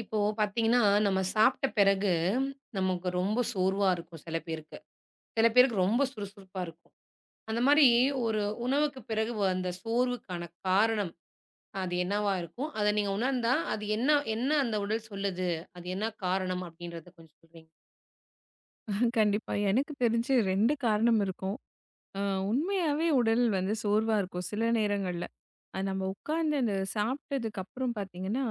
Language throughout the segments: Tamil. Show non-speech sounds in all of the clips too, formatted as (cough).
இப்போ பார்த்தீங்கன்னா, நம்ம சாப்பிட்ட பிறகு நமக்கு ரொம்ப சோர்வா இருக்கும் சில பேருக்கு. சில பேருக்கு ரொம்ப சுறுசுறுப்பா இருக்கும். அந்த மாரி ஒரு உணவுக்கு பிறகு அந்த சோர்வுக்கான காரணம் அது என்னவா இருக்கும்? அத நீங்க உணர்ந்தா, அது என்ன என்ன அந்த உடல் சொல்லுது? அது என்ன காரணம் அப்படின்றத கொஞ்சம் சொல்றீங்க? கண்டிப்பா. எனக்கு தெரிஞ்சு 2 காரணம் இருக்கும். அ உண்மையாவே உடல் வந்து சோர்வா இருக்கும் சில நேரங்கள்ல. அது நம்ம உட்கார்ந்து அந்த சாப்பிட்டதுக்கு அப்புறம் பார்த்தீங்கன்னா,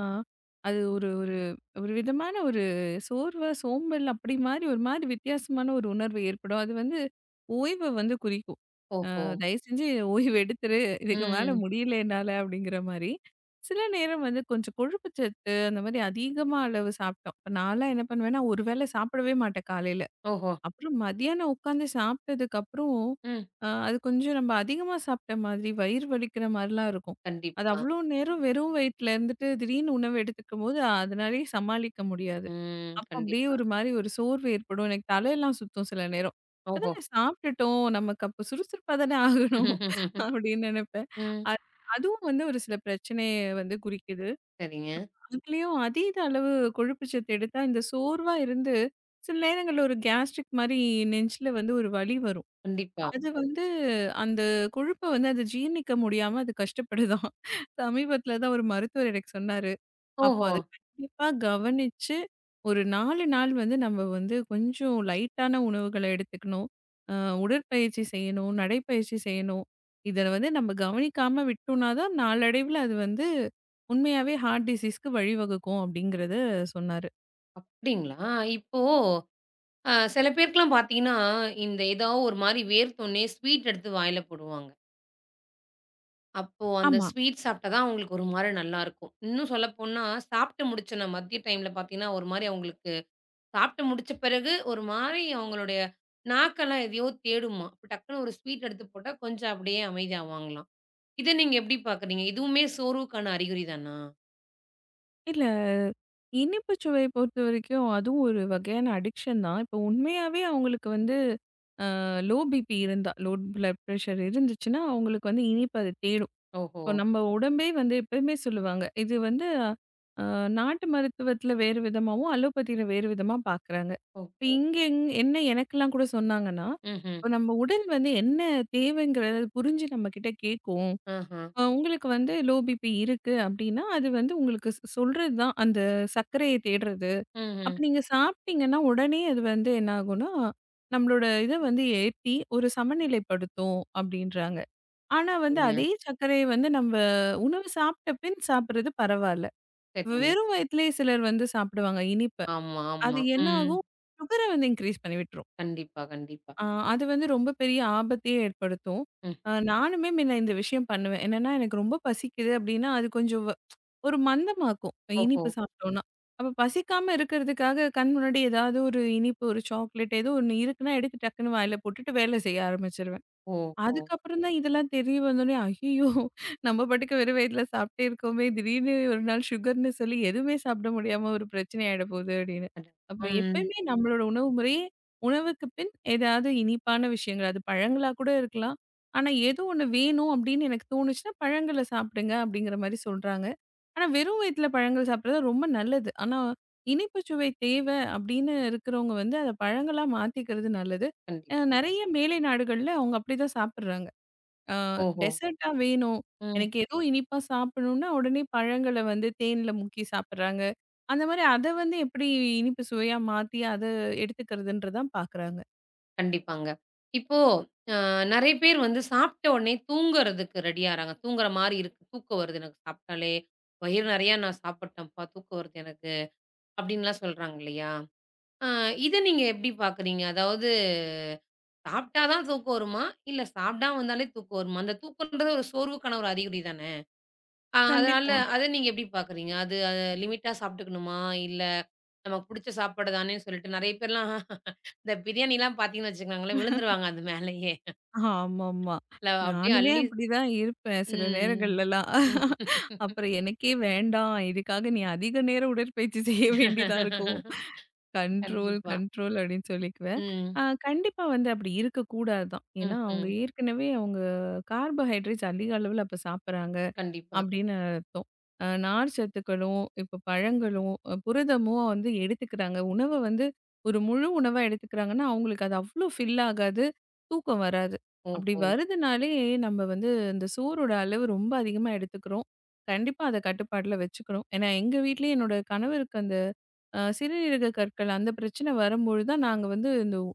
அது ஒரு ஒரு ஒரு விதமான ஒரு சோர்வா, சோம்பல் அப்படி மாரி ஒரு மாரி வித்தியாசமான ஒரு உணர்வு ஏற்படும். அது வந்து ஓய்வ வந்து குறிக்கும். ஓஹோ! தயவு செஞ்சு ஓய்வு எடுத்துரு. இதுக்கு மேல ம். முடியல என்னால அப்படிங்கிற மாரி. சில நேரம் வந்து கொஞ்சம் கொழுப்பு சத்து அந்த மாரி அதிகமா அளவு சாப்பிட்டோம். இப்ப நான்லாம் என்ன பண்ணுவேன்னா, ஒரு வேளை சாப்பிடவே மாட்டேன் காலையில. ஓஹோ! அப்புறம் மதியானம் உட்காந்து சாப்பிட்டதுக்கு அப்புறம், ம். அது கொஞ்சம் நம்ம அதிகமா சாப்பிட்ட மாதிரி, வயிறு வலிக்கிற மாரிலாம் இருக்கும். அது கண்டிப்பா. அவ்ளோ நேரம் வெறும் வயித்துல இருந்துட்டு, திடீர்னு உணவு எடுத்துக்கும்போது, அதனாலயே சமாளிக்க முடியாது. ம். அப்ப அப்படியே கண்டிப்பா. ஒரு மாரி ஒரு சோர்வு ஏற்படும். எனக்கு தலையெல்லாம் சுத்தும் சில நேரம். ஓஹோ! இப்பதானே சாப்பிட்டுட்டோம், நமக்கு அப்ப சுறுசுறுப்பா தானே ஆகணும் (laughs) அப்படின்னு நெனைப்பேன். ம். அ அதுவும் வந்து ஒரு சில பிரச்சனைய வந்து குறிக்குது. சரிங்க. அதுலயும் அதீத அளவு கொழுப்பு சத்து எடுத்தா, இந்த சோர்வா இருந்து சில நேரங்கள்ல ஒரு கேஸ்ட்ரிக் மாரி நெஞ்சில வந்து ஒரு வலி வரும். கண்டிப்பா. அது வந்து அந்த கொழுப்ப வந்து அது ஜீரணிக்க முடியாம அது கஷ்டப்படுதாம். சமீபத்தில (laughs) தான் ஒரு மருத்துவர் எனக்கு சொன்னாரு. அப்போ ஓஹோ! அத கண்டிப்பா கவனிச்சு, ஒரு 4 நாள் வந்து நம்ம வந்து கொஞ்சம் லைட்டான உணவுகள எடுத்துக்கணும். அ உடற்பயிற்சி செய்யணும், நடைப்பயிற்சி செய்யணும். இத வந்து நம்ம கவனிக்காம விட்டோம்னா தான் நாளடைவுல அது வந்து உண்மையாவே ஹார்ட் டிசீஸ்க்கு வழிவகுக்கும் அப்படிங்கிறத சொன்னாரு. அப்படிங்களா? இப்போ, சில பேருக்குலாம் பார்த்தீங்கன்னா, இந்த ஏதாவது ஒரு மாரி வேர்த்தோனே ஸ்வீட் எடுத்து வாயில போடுவாங்க. அப்போ அந்த ஆமா. ஸ்வீட் சாப்பிட்டா தான் அவங்களுக்கு ஒரு மாரி நல்லாருக்கும். இன்னும் சொல்லப்போனா, சாப்பிட்டு முடிச்ச நான் மதிய டைம்ல பார்த்தீங்கன்னா, ஒரு மாரி அவங்களுக்கு சாப்பிட்டு முடிச்ச பிறகு ஒரு மாரி அவங்களுடைய நாக்கெல்லாம் எதையோ தேடுமாம். அப்ப டக்குனு ஒரு ஸ்வீட் எடுத்து போட்டா கொஞ்சம் அப்படியே அமைதியாவாங்களாம். இத நீங்க எப்படி பார்க்குறீங்க? இதுவுமே சோர்வுக்கான அறிகுறி தானா? இல்ல இனிப்பு சுவைய பொறுத்தவரைக்கும் அதுவும் ஒரு வகையான அடிக்ஷன் தான். இப்போ உண்மையாவே அவங்களுக்கு வந்து அ லோ பிபி இருந்தா லோ பிளட் பிரஷர் இருந்துச்சுன்னா, அவங்களுக்கு வந்து இனிப்பு அத தேடும். ஓஹோ! இப்போ நம்ம உடம்பே வந்து எப்பயுமே சொல்லுவாங்க. இது வந்து அ நாட்டு மருத்துவத்தில வேறு விதமாவும், அலோபதியில வேறு விதமா பார்க்குறாங்க. இப்ப ஓகே. இங்க என்ன எனக்கெல்லாம் கூட சொன்னாங்கன்னா, ம்ஹ்ம். இப்ப நம்ம உடல் வந்து என்ன தேவைங்கிறத புரிஞ்சு நம்மகிட்ட கேட்கும். ஆஹ. உங்களுக்கு வந்து லோ பிபி இருக்கு அப்டின்னா, அது வந்து உங்களுக்கு சொல்றது தான் அந்த சர்க்கரைய தேடுறது. அப்ப ம்ஹ்ம். நீங்க சாப்பிட்டீங்கன்னா, உடனே அது வந்து என்ன ஆகும்னா, நம்மளோட இத வந்து ஏத்தி ஒரு சமநிலைப்படுத்தும் அப்டின்றாங்க. ஆனா வந்து சரிங்க, அதே சர்க்கரைய வந்து நம்ம உணவு சாப்பிட்ட பின் சாப்பிடுறது பரவால்ல. சரிங்க. வெறும் வயித்திலேயே சிலர் வந்து சாப்பிடுவாங்க இனிப்ப. ஆமா, அது ஆமா. என்ன ம். ஆகும்? சுகர வந்து இன்கிரீஸ் பண்ணி விட்டுரும். கண்டிப்பா, கண்டிப்பா. அ அது வந்து ரொம்ப பெரிய ஆபத்தையே ஏற்படுத்தும். ம். நானுமே முன்ன இந்த விஷயம் பண்ணுவேன். என்னன்னா எனக்கு ரொம்ப பசிக்குது அப்டின்னா, அது கொஞ்சம் ஒரு மந்தமாக்கும் ஓஹோ! இனிப்பு சாப்பிட்டோம்னா. அப்ப பசிக்காம இருக்கிறதுக்காக கண் முன்னாடி ஏதாவது ஒரு இனிப்பு, ஒரு சாக்லேட் ஏதோ ஒண்ணு இருக்குன்னா எடுத்து டக்குன்னு வாயில போட்டுட்டு வேல செய்ய ஆரம்பிச்சுருவேன். ஓஹோ! அதுக்கப்புறம் தான் இதெல்லாம் தெரிய வந்தோனே, ஐய்யயோ! நம்ம பாட்டுக்கு வெறும் வயித்துல சாப்பிட்டே இருக்கோமே! திடீர்னு ஒரு நாள் சுகர்ன்னு சொல்லி எதுவுமே சாப்பிட முடியாம ஒரு பிரச்சனை ஆயிட போகுது அப்படின்னு. அட. அப்ப ம். எப்பயுமே நம்மளோட உணவு முறையே, உணவுக்கு பின் ஏதாவது இனிப்பான விஷயங்கள், அது பழங்களா கூட இருக்கலாம். ஆனா, ஏதோ ஒண்ணு வேணும் அப்படின்னு எனக்கு தோணுச்சுன்னா, பழங்கள சாப்பிடுங்க அப்படிங்கிற மாரி சொல்றாங்க. ஆனா, வெறும் வயித்துல பழங்கள் சாப்பிடுறது ரொம்ப நல்லது. ஆனா, இனிப்பு சுவை தேவை அப்படின்னு இருக்கிறவங்க வந்து அத பழங்களா மாத்திக்கிறது நல்லது. கண்டிப்பா. நெறைய மேலை நாடுகள்ல அவங்க அப்படிதான் சாப்பிடுறாங்க. அ ஓஹோ! டெசர்ட்டா வேணும். ம். எனக்கு ஏதோ இனிப்பா சாப்பிடணும்னா, உடனே பழங்கள வந்து தேன்ல முக்கி சாப்பிடுறாங்க. அந்த மாரி அத வந்து எப்படி இனிப்பு சுவையா மாத்தி அத எடுத்துக்கிறதுன்றதான் பாக்குறாங்க. கண்டிப்பாங்க. இப்போ அ நெறைய பேர் வந்து சாப்பிட்ட உடனே தூங்குறதுக்கு ரெடி ஆறாங்க. தூங்குற மாரி இருக்கு. "தூக்கம் வருது எனக்கு சாப்பிட்டாலே. வயிறு நெறையா நான் சாப்பிட்டேன்ப்பா. தூக்கம் வருது எனக்கு." அப்படின்லாம் சொல்றாங்க இல்லையா? அ இத நீங்க எப்படி பார்க்குறீங்க? அதாவது, சாப்பிட்டா தான் தூக்கம் வருமா? இல்ல சாப்பிடாம இருந்தாலே தூக்கம் வருமா? அந்த தூக்கம்ன்றது ஒரு சோர்வுக்கான ஒரு அறிகுறி தான? அதனால கண்டிப்பா. அத நீங்க எப்படி பார்க்குறீங்க? அது அத லிமிட்டா சாப்பிட்டுக்கணுமா? இல்ல நமக்கு புடிச்ச சாப்பாடு தானே சொல்லிட்டு நெறைய பேர்லாம் (laughs) இந்த பிரியாணிலாம் பார்த்தீங்கன்னு வச்சுக்கோங்களேன், விழுந்துருவாங்க அது மேலயே. ஆமாமா. இல்ல அப்படியே நானுமே அள்ளி. அப்படிதான் இருப்பேன் சில ம். நேரங்கள்லலாம். (laughs) அப்புறம் எனக்கே வேண்டாம். இதுக்காக நீ அதிக நேரம் உடற்பயிற்சி செய்ய வேண்டியதா இருக்கும். கண்ட்ரோல், கண்டிப்பா. கண்ட்ரோல் அப்படின்னு சொல்லிக்குவேன். ம். கண்டிப்பா வந்து அப்படி இருக்கக்கூடாது தான். ஏன்னா, அவங்க ம்ஹ்ம். ஏற்கனவே அவங்க கார்போஹைட்ரேட்ஸ் அதிக அளவுல அப்ப சாப்பிடுறாங்க கண்டிப்பா. அப்படின்னு அர்த்தம். நார் சத்துக்களும், இப்ப பழங்களும், புரதமும் வந்து எடுத்துக்கிறாங்க. உணவ வந்து ஒரு முழு உணவா எடுத்துக்கிறாங்கன்னா, அவங்களுக்கு அது அவ்வளோ ஃபில் ஆகாது, தூக்கம் வராது. அப்படி ஓஹோ! வருதுனாலே நம்ம வந்து இந்த சோறோட அளவு ரொம்ப அதிகமா எடுத்துக்கிறோம். கண்டிப்பா அத கட்டுப்பாட்டுல வச்சுக்கணும். ஏன்னா, எங்க வீட்லயும் என்னோட கணவருக்கு அந்த சிறுநீரக கற்கள் அந்த பிரச்சனை வரும்பொழுது தான் நாங்க வந்து இந்த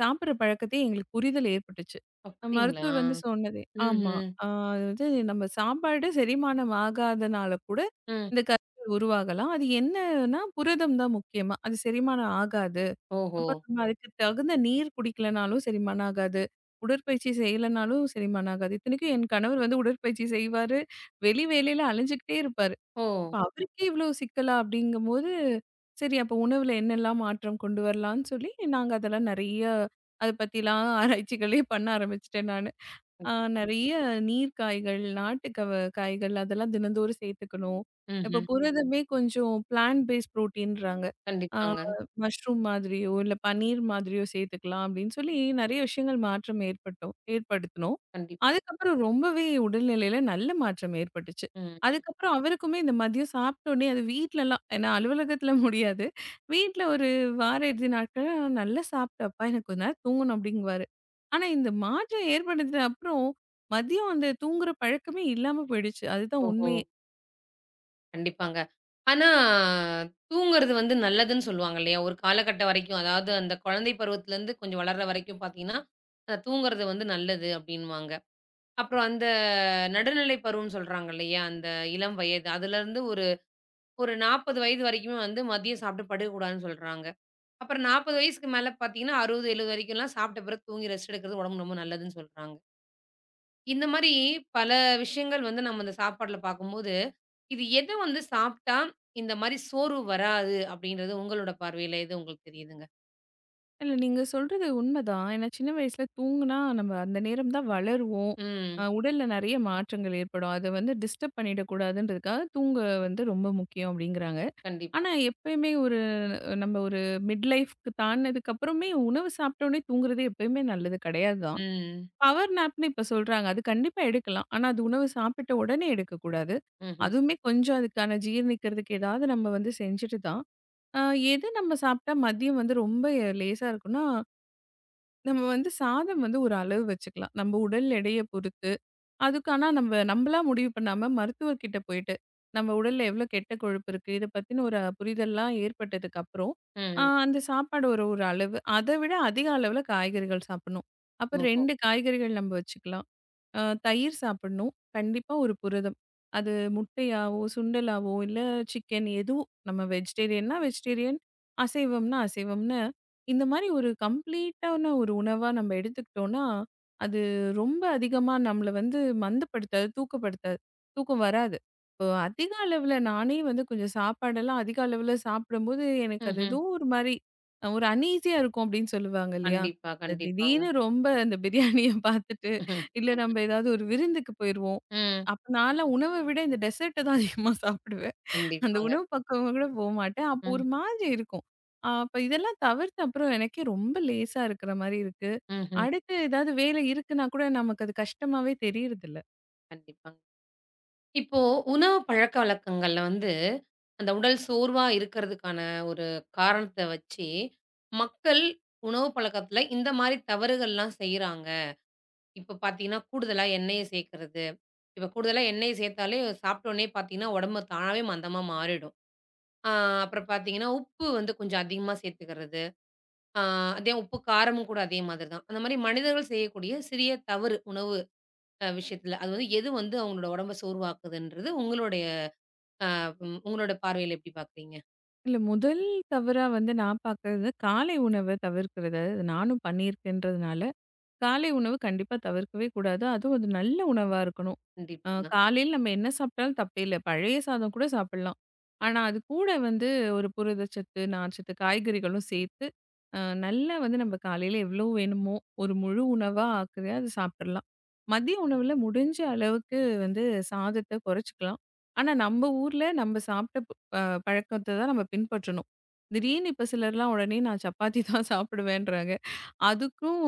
சாப்பிடுற பழக்கத்தையே எங்களுக்கு புரிதல் ஏற்பட்டுச்சு. அப்படிங்களா? மருத்துவர் வந்து சொன்னதே ஆமா. ம்ஹ்ம். அ அதாவது நம்ம சாப்பாடு செரிமானம் ஆகாதனால கூட ம். ம். இந்த கற்கள் உருவாகலாம். அது என்னன்னா புரதம் தான் முக்கியமா. அது செரிமானம் ஆகாது. ஓஹோ! அப்ப நம்ம அதுக்கு தகுந்த நீர் குடிக்கலனாலும் செரிமானம் ஆகாது. உடற்பயிற்சி செய்யலனாலும் செரிமானம் ஆகாது. இத்தனைக்கும் என் கணவர் வந்து உடற்பயிற்சி செய்வாரு. வெளி வேலையில அலைஞ்சுகிட்டே இருப்பாரு. ஓ! இப்ப அவருக்கே இவ்ளோ சிக்கலா அப்படிங்கும்போது, சரி அப்ப உணவுல என்னெல்லாம் மாற்றம் கொண்டு வரலாம்ன்னு சொல்லி, நாங்க அதெல்லாம் நெறைய அத பத்திலாம் ஆராய்ச்சிகளே பண்ண ஆரம்பிச்சுட்டேன் நானு. கண்டிப்பா. நெறைய நீர் காய்கள், நாட்டுக்கவ காய்கள் அதெல்லாம் தினந்தோறும் சேர்த்துக்கணும். இப்போ ம்ஹ்ம். புரதமே கொஞ்சம் பிளான்ட் பேஸ் புரோட்டீன்றாங்க. ஆ கண்டிப்பாங்க. மஷ்ரூம் மாதிரியோ, இல்ல பன்னீர் மாதிரியோ சேர்த்துக்கலாம் அப்படின்னு சொல்லி நெறைய விஷயங்கள் மாற்றம் ஏற்படுத்தினோம். கண்டிப்பா. அதுக்கப்புறம் ரொம்பவே உடல்நிலையில நல்ல மாற்றம் ஏற்பட்டுச்சு. ம். அதுக்கப்புறம் அவருக்குமே இந்த மதியம் சாப்பிட்டோனே அது வீட்லலாம் ஏன்னா அலுவலகத்தில (laughs) முடியாது. வீட்ல ஒரு வார இறுதி நாட்கள்ல நல்லா சாப்பிட்டேன்ப்பா எனக்கு கொஞ்ச நேரம் தூங்கணும் அப்படிங்குவாரு. ஆனா, இந்த மாற்றம் ஏற்பட்டது அப்புறம், மதியம் அந்த தூங்குற பழக்கமே இல்லாம போயிடுச்சு. அதுதான் ஓஹோ! உண்மையே. கண்டிப்பாங்க. ஆனா, தூங்குறது வந்து நல்லதுன்னு சொல்லுவாங்க இல்லையா? ஒரு காலகட்டம் வரைக்கும். அதாவது அந்த குழந்தை பருவத்திலேருந்து கொஞ்சம் வளர்ற வரைக்கும் பார்த்தீங்கன்னா, தூங்குறது வந்து நல்லது அப்டின்னுவாங்க. அப்புறம் அந்த நடுநிலை பருவம்னு சொல்றாங்க இல்லையா? அந்த இளம் வயது அதுலேருந்து ஒரு ஒரு 40 வயது வரைக்குமே வந்து மதியம் சாப்பிட்டு படுக்கக்கூடாதுன்னு சொல்றாங்க. அப்புறம் 40 வயசுக்கு மேல பார்த்தீங்கன்னா, 60, 70 வரைக்கும்லாம் சாப்பிட்ட பிறகு தூங்கி ரெஸ்ட் எடுக்கிறது உடம்புக்கு ரொம்ப நல்லதுன்னு சொல்றாங்க. இந்த மாரி பல விஷயங்கள் வந்து நம்ம இந்த சாப்பாட்ல பார்க்கும்போது, இது எத வந்து சாப்ட்டா இந்த மாரி சோர்வு வராது அப்படின்றது உங்களோட பார்வையில எது உங்களுக்கு தெரியுதுங்க? இல்ல நீங்க சொல்றது உண்மதான். ஏன்னா சின்ன வயசுல தூங்குனா நம்ம அந்த நேரம் தான் வளருவோம். ம். உடல்ல நெறைய மாற்றங்கள் ஏற்படும். அத வந்து டிஸ்டர்ப் பண்ணிடக்கூடாதுன்றதுக்காக தூங்க வந்து ரொம்ப முக்கியம் அப்படிங்கிறாங்க. கண்டிப்பா. ஆனா எப்பயுமே ஒரு நம்ம ஒரு மிட் லைஃப்க்கு தாண்டுனதுக்கு அப்புறமே உணவு சாப்பிட்ட உடனே தூங்குறது எப்பயுமே நல்லது கெடையாது தான். ம். பவர் நாப்னு இப்ப சொல்றாங்க. அது கண்டிப்பா எடுக்கலாம். ஆனா அது உணவு சாப்பிட்ட உடனே எடுக்கக்கூடாது. ம்ஹ்ம். அதுவுமே கொஞ்சம் அதுக்கான ஜீரணிக்கிறதுக்கு ஏதாவது நம்ம வந்து செஞ்சுட்டு தான். அ எது நம்ம சாப்பிட்டா மதியம் வந்து ரொம்ப லேசா இருக்கும்னா, நம்ம வந்து சாதம் வந்து ஒரு அளவு வச்சுக்கலாம். நம்ம உடல் எடைய பொறுத்து. அதுக்கு ஆனா நம்ம நம்மளா முடிவு பண்ணாம மருத்துவர்கிட்ட போயிட்டு, நம்ம உடல்ல எவ்வளோ கெட்ட கொழுப்பு இருக்கு. இத பத்தின ஒரு புரிதல்லாம் ஏற்பட்டதுக்கு அப்புறம், ம். அந்த சாப்பாடு ஒரு ஒரு அளவு. அத விட அதிக அளவுல காய்கறிகள் சாப்பிடணும். அப்ப ஓஹோ! 2 காய்கறிகள் நம்ம வச்சுக்கலாம். அ தயிர் சாப்பிடணும். கண்டிப்பா ஒரு புரதம். அது முட்டையாவோ, சுண்டலாவோ, இல்ல சிக்கன் எதோ நம்ம வெஜிடேரியன்னா வெஜிடேரியன், அசைவம்னா அசைவம்னு, இந்த மாரி ஒரு கம்ப்ளீட்டான ஒரு உணவா நம்ம எடுத்துக்கிட்டோம்னா, அது ரொம்ப அதிகமா நம்மள வந்து மந்தப்படுத்தாது, தூக்கப்படுத்தாது. தூக்கம் வராது. இப்போ அதிக அளவுல நானே வந்து கொஞ்சம் சாப்பாடெல்லாம் அதிக அளவுல சாப்பிடும்போது, எனக்கு அது ம்ஹ்ம். ஏதோ ஒரு மாரி ஒரு அன்ஈஸியா இருக்கும் அப்படின்னு சொல்லுவாங்க இல்லையா? கண்டிப்பா, அது திடீர்னு கண்டிப்பாங்க. ரொம்ப அந்த பிரியாணிய பார்த்துட்டு ம்ஹ்ம். இல்ல நம்ம ஏதாவது ஒரு விருந்துக்கு போயிருவோம். ம். அப்ப நான்லாம் உணவ விட இந்த டெசர்ட்ட தான் அதிகமா (laughs) சாப்பிடுவேன். அந்த கண்டிப்பாங்க. உணவு பக்கம் கூட போமாட்டேன். அப்போ ஒரு ம். மாதிரி இருக்கும். அப்ப இதெல்லாம் தவிர்த்து அப்புறம் எனக்கே ரொம்ப லேசா இருக்கிற மாரி இருக்கு. ம்ஹ்ம். அடுத்து ஏதாவது வேலை இருக்குன்னா கூட நமக்கு அது கஷ்டமாவே தெரியறதில்ல. கண்டிப்பாங்க. இப்போ உணவு பழக்கவழக்கங்கள்ல வந்து, அந்த உடல் சோர்வா இருக்கிறதுக்கான ஒரு காரணத்த வச்சு, மக்கள் உணவு பழக்கத்துல இந்த மாரி தவறுகள்லாம் செய்றாங்க. இப்ப பார்த்தீங்கன்னா, கூடுதலா எண்ணெய சேர்க்கிறது. இப்ப கூடுதலா எண்ணெய் சேர்த்தாலே சாப்பிட்ட உடனே பார்த்தீங்கன்னா, உடம்பு தானாவே மந்தமா மாறிடும். ஆ அப்புறம் பார்த்தீங்கன்னா, உப்பு வந்து கொஞ்சம் அதிகமா சேர்த்துக்கிறது. ஆ அதே உப்பு, காரமும் கூட அதே மாதிரி தான். அந்த மாரி மனிதர்கள் செய்யக்கூடிய சிறிய தவறு உணவு விஷயத்துல. அது வந்து எது வந்து அவங்களோட உடம்ப சோர்வாக்குதுன்றது உங்களுடைய அ ம் உங்களோட பார்வையில எப்படி பார்க்குறீங்க? இல்ல இல்ல முதல் தவறா வந்து நான் பார்க்கறது காலை உணவ தவிர்க்கிறது. அது நானும் பண்ணியிருக்கேன்றதுனால. காலை உணவு கண்டிப்பா தவிர்க்கவே கூடாது. அதுவும் அது நல்ல உணவா இருக்கணும். கண்டிப்பாங்க. காலையில நம்ம என்ன சாப்பிட்டாலும் தப்பே இல்ல. பழைய சாதம் கூட சாப்பிடலாம். ஆனா, அது கூட வந்து ஒரு புரதச்சத்து, நார்ச்சத்து, காய்கறிகளும் சேர்த்து, அ நல்லா வந்து நம்ம காலையில எவ்வளோ வேணுமோ, ஒரு முழு உணவா ஆக்குது. அது சாப்பிடலாம். மதிய உணவுல முடிஞ்ச அளவுக்கு வந்து சாதத்த குறைச்சுக்கலாம். ஆனா, நம்ம ஊர்ல நம்ம சாப்பிட்ட ப அ பழக்கத்த தான் நம்ம பின்பற்றணும். திடீர்னு இப்ப சிலர்லாம் உடனே நான் சப்பாத்தி தான் சாப்பிடுவேன்றாங்க. அதுக்கும்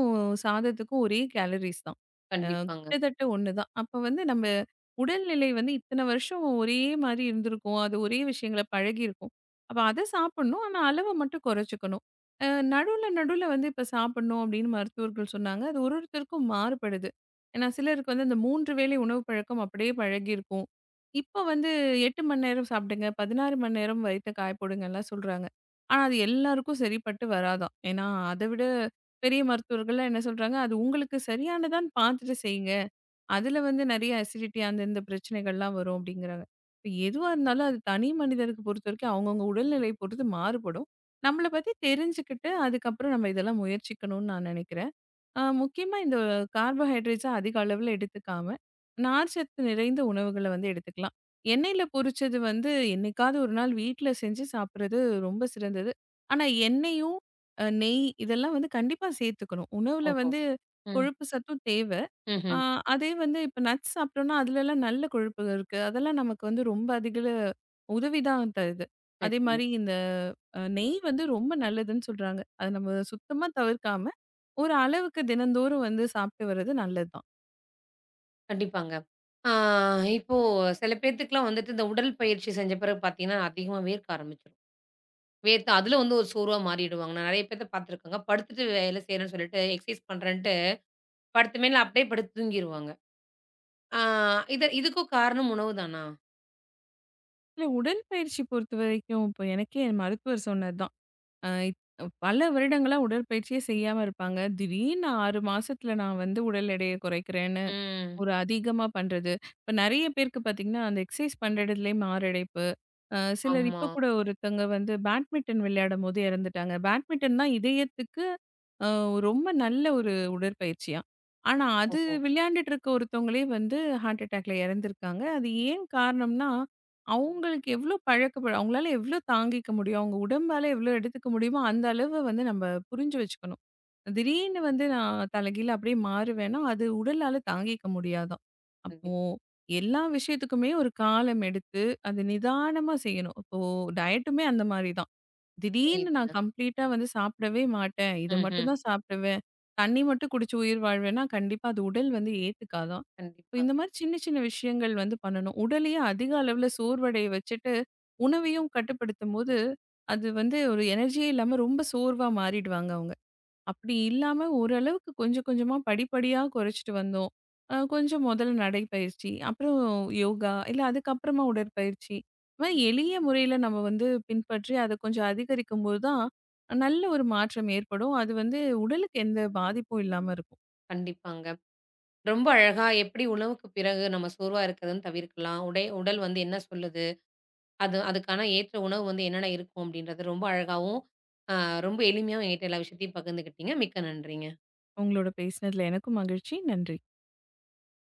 சாதத்துக்கும் ஒரே கேலரிஸ் தான். அ கண்டிப்பாங்க. கிட்டத்தட்ட ஒண்ணுதான். அப்ப வந்து நம்ம உடல்நிலை வந்து இத்தன வருஷம் ஒரே மாரி இருந்திருக்கும். அது ஒரே விஷயங்கள பழகியிருக்கும். அப்ப அத சாப்பிடணும். ஆனா அளவ மட்டும் குறைச்சுக்கணும். அ நடுவுல நடுவுல வந்து இப்ப சாப்பிடணும் அப்படின்னு மருத்துவர்கள் சொன்னாங்க. அது ஒரு ஒருத்தருக்கும் மாறுபடுது. ஏன்னா சிலருக்கு வந்து அந்த 3 வேளை உணவு பழக்கம் அப்படியே பழகியிருக்கும். இப்ப வந்து 8 மணி நேரம் சாப்பிடுங்க, 16 மணி நேரம் வயித்த காய போடுங்கலாம் சொல்றாங்க. ஆனா அது எல்லாருக்கும் சரிப்பட்டு வராதாம். ஏன்னா அத விட பெரிய மருத்துவர்கள்லாம் என்ன சொல்றாங்க, அது உங்களுக்கு சரியானதான்னு பார்த்துட்டு செய்யுங்க. அதுல வந்து நெறைய அசிடிட்டி அந்த இந்த பிரச்சனைகள்லாம் வரும் அப்டிங்கிறாங்க. இப்ப எதுவா இருந்தாலும் அது தனி மனிதருக்கு பொறுத்தவரைக்கும் அவங்கவங்க உடல்நிலைய பொறுத்து மாறுபடும். நம்மள பத்தி தெரிஞ்சுக்கிட்டு, அதுக்கப்புறம் நம்ம இதெல்லாம் முயற்சிக்கணும்னு நான் நெனைக்கிறேன். முக்கியமா இந்த கார்போஹைட்ரேட்ஸ அதிக அளவுல எடுத்துக்காம, நார்ச்சத்து நிறைந்த உணவுகள வந்து எடுத்துக்கலாம். எண்ணெயில பொரிச்சது வந்து என்னைக்காவது ஒரு நாள் வீட்ல செஞ்சு சாப்பிடுறது ரொம்ப சிறந்தது. ஆனா எண்ணெயும், நெய் இதெல்லாம் வந்து கண்டிப்பா சேர்த்துக்கணும். உணவுல ஓஹோ! வந்து ம். கொழுப்பு சத்தும் தேவ. ஆ, ம்ஹ்ம். அதே வந்து இப்ப நட்ஸ் சாப்பிட்டோம்னா, அதுலலாம் நல்ல கொழுப்புகள் இருக்கு. அதெல்லாம் நமக்கு வந்து ரொம்ப அதிகள உதவி தான் தருது. அதே சரிங்க. மாரி இந்த நெய் வந்து ரொம்ப நல்லதுன்னு சொல்றாங்க. அத நம்ம சுத்தமா தவிர்க்காம, ஒரு அளவுக்கு தினந்தோறும் வந்து சாப்பிட்டு வர்றது நல்லது தான். கண்டிப்பாங்க. ஆ இப்போ சில பேத்துக்குலாம் வந்துட்டு இந்த உடல் பயிற்சி செஞ்ச பிறகு பார்த்தீங்கன்னா, அதிகமா வேர்க்க ஆரம்பிச்சுரும். வேர்த்து அதில வந்து ஒரு சோர்வா மாறிடுவாங்க. நான் நெறைய பேத்த பார்த்துருக்கேங்க. படுத்துட்டு வேலை செய்றேன்னு சொல்லிட்டு, எக்சர்சைஸ் பண்றேன்ட்டு படுத்த மேல அப்படியே படுத்து தூங்கிருவாங்க. ஆ இதுக்கும் காரணம் உணவு தானா? இல்ல உடற்பயிற்சி பொறுத்தவரைக்கும், இப்போ எனக்கே என் மருத்துவர் சொன்னது தான். அ இத் பல வருடங்களா உடற்பயிற்சியே செய்யாம இருப்பாங்க. திடீர்னு 6 மாசத்துல நான் வந்து உடல் எடைய குறைக்கிறேன்னு ம். ஒரு அதிகமா பண்றது. இப்ப நெறைய பேருக்கு பார்த்தீங்கன்னா, அந்த எக்சர்சைஸ் பண்ற இடத்துலயே மாரடைப்பு. சிலர் ஆமா. இப்ப கூட ஒருத்தங்க வந்து பேட்மிண்டன் விளையாடும்போது இறந்துட்டாங்க. பேட்மிண்டன் தான் இதயத்துக்கு அ ரொம்ப நல்ல ஒரு உடற்பயிற்சியாம். ஆனா அது ஓஹோ! விளையாண்டுட்டு இருக்க ஒருத்தவங்களே வந்து ஹார்ட் அட்டாக்ல இறந்திருக்காங்க. அது ஏன் காரணம்னா, அவங்களுக்கு எவ்ளோ பழக்கப்படு அவங்களால எவ்ளோ தாங்கிக்க முடியும்? அவங்க உடம்பால எவ்ளோ எடுத்துக்க முடியுமோ, அந்த அளவு வந்து நம்ம புரிஞ்சு வச்சுக்கணும். திடீர்னு வந்து நான் தலைகீழ அப்படியே மாறுவேன்னா, அது உடலால தாங்கிக்க முடியாதாம். அப்போ கண்டிப்பா. எல்லா விஷயத்துக்குமே ஒரு காலம் எடுத்து, அது நிதானமா செய்யணும். இப்போ டயட்டுமே அந்த மாரி தான். திடீர்னு நான் புரியுதுங்க. கம்ப்ளீட்டா வந்து சாப்பிடவே மாட்டேன். இத மட்டும் ம்ஹ்ம். தான் சாப்பிடுவேன். தண்ணி மட்டும் குடிச்சு உயிர் வாழ்வேன்னா, கண்டிப்பா அது உடல் வந்து ஏத்துக்காதாம். இப்ப கண்டிப்பா. இந்த மாரி சின்ன சின்ன விஷயங்கள் வந்து பண்ணணும். உடலையே அதிக அளவுல சோர்வடைய வச்சுட்டு, உணவையும் கட்டுப்படுத்தும்போது, அது வந்து ஒரு எனர்ஜியே இல்லாம ரொம்ப சோர்வா மாறிடுவாங்க அவங்க. அப்படி இல்லாம ஓரளவுக்கு கொஞ்சம் கொஞ்சமா படிப்படியா குறைச்சிட்டு வந்தோம். கொஞ்சம் முதல்ல நடைப்பயிற்சி, அப்புறம் யோகா, இல்ல அதுக்கப்புறமா உடற்பயிற்சி. இந்த மாதிரி எளிய முறையில நம்ம வந்து பின்பற்றி அதை கொஞ்சம் அதிகரிக்கும்போது தான், நல்ல ஒரு மாற்றம் ஏற்படும். அது வந்து உடலுக்கு எந்த பாதிப்பும் இல்லாம இருக்கும். கண்டிப்பாங்க. ரொம்ப அழகா எப்படி உணவுக்கு பிறகு நம்ம சோர்வா இருக்கிறதுன்னு தவிர்க்கலாம். உடல் வந்து என்ன சொல்லுது? அது அதுக்கான ஏற்ற உணவு வந்து என்னென்ன இருக்கும்? அப்படின்றத ரொம்ப அழகாவும், அ ரொம்ப எளிமையாவும் என்கிட்ட எல்லா விஷயத்தையும் பகிர்ந்துக்கிட்டீங்க. மிக்க நன்றிங்க. உங்களோட பேசினதுல எனக்கும் மகிழ்ச்சி. நன்றி.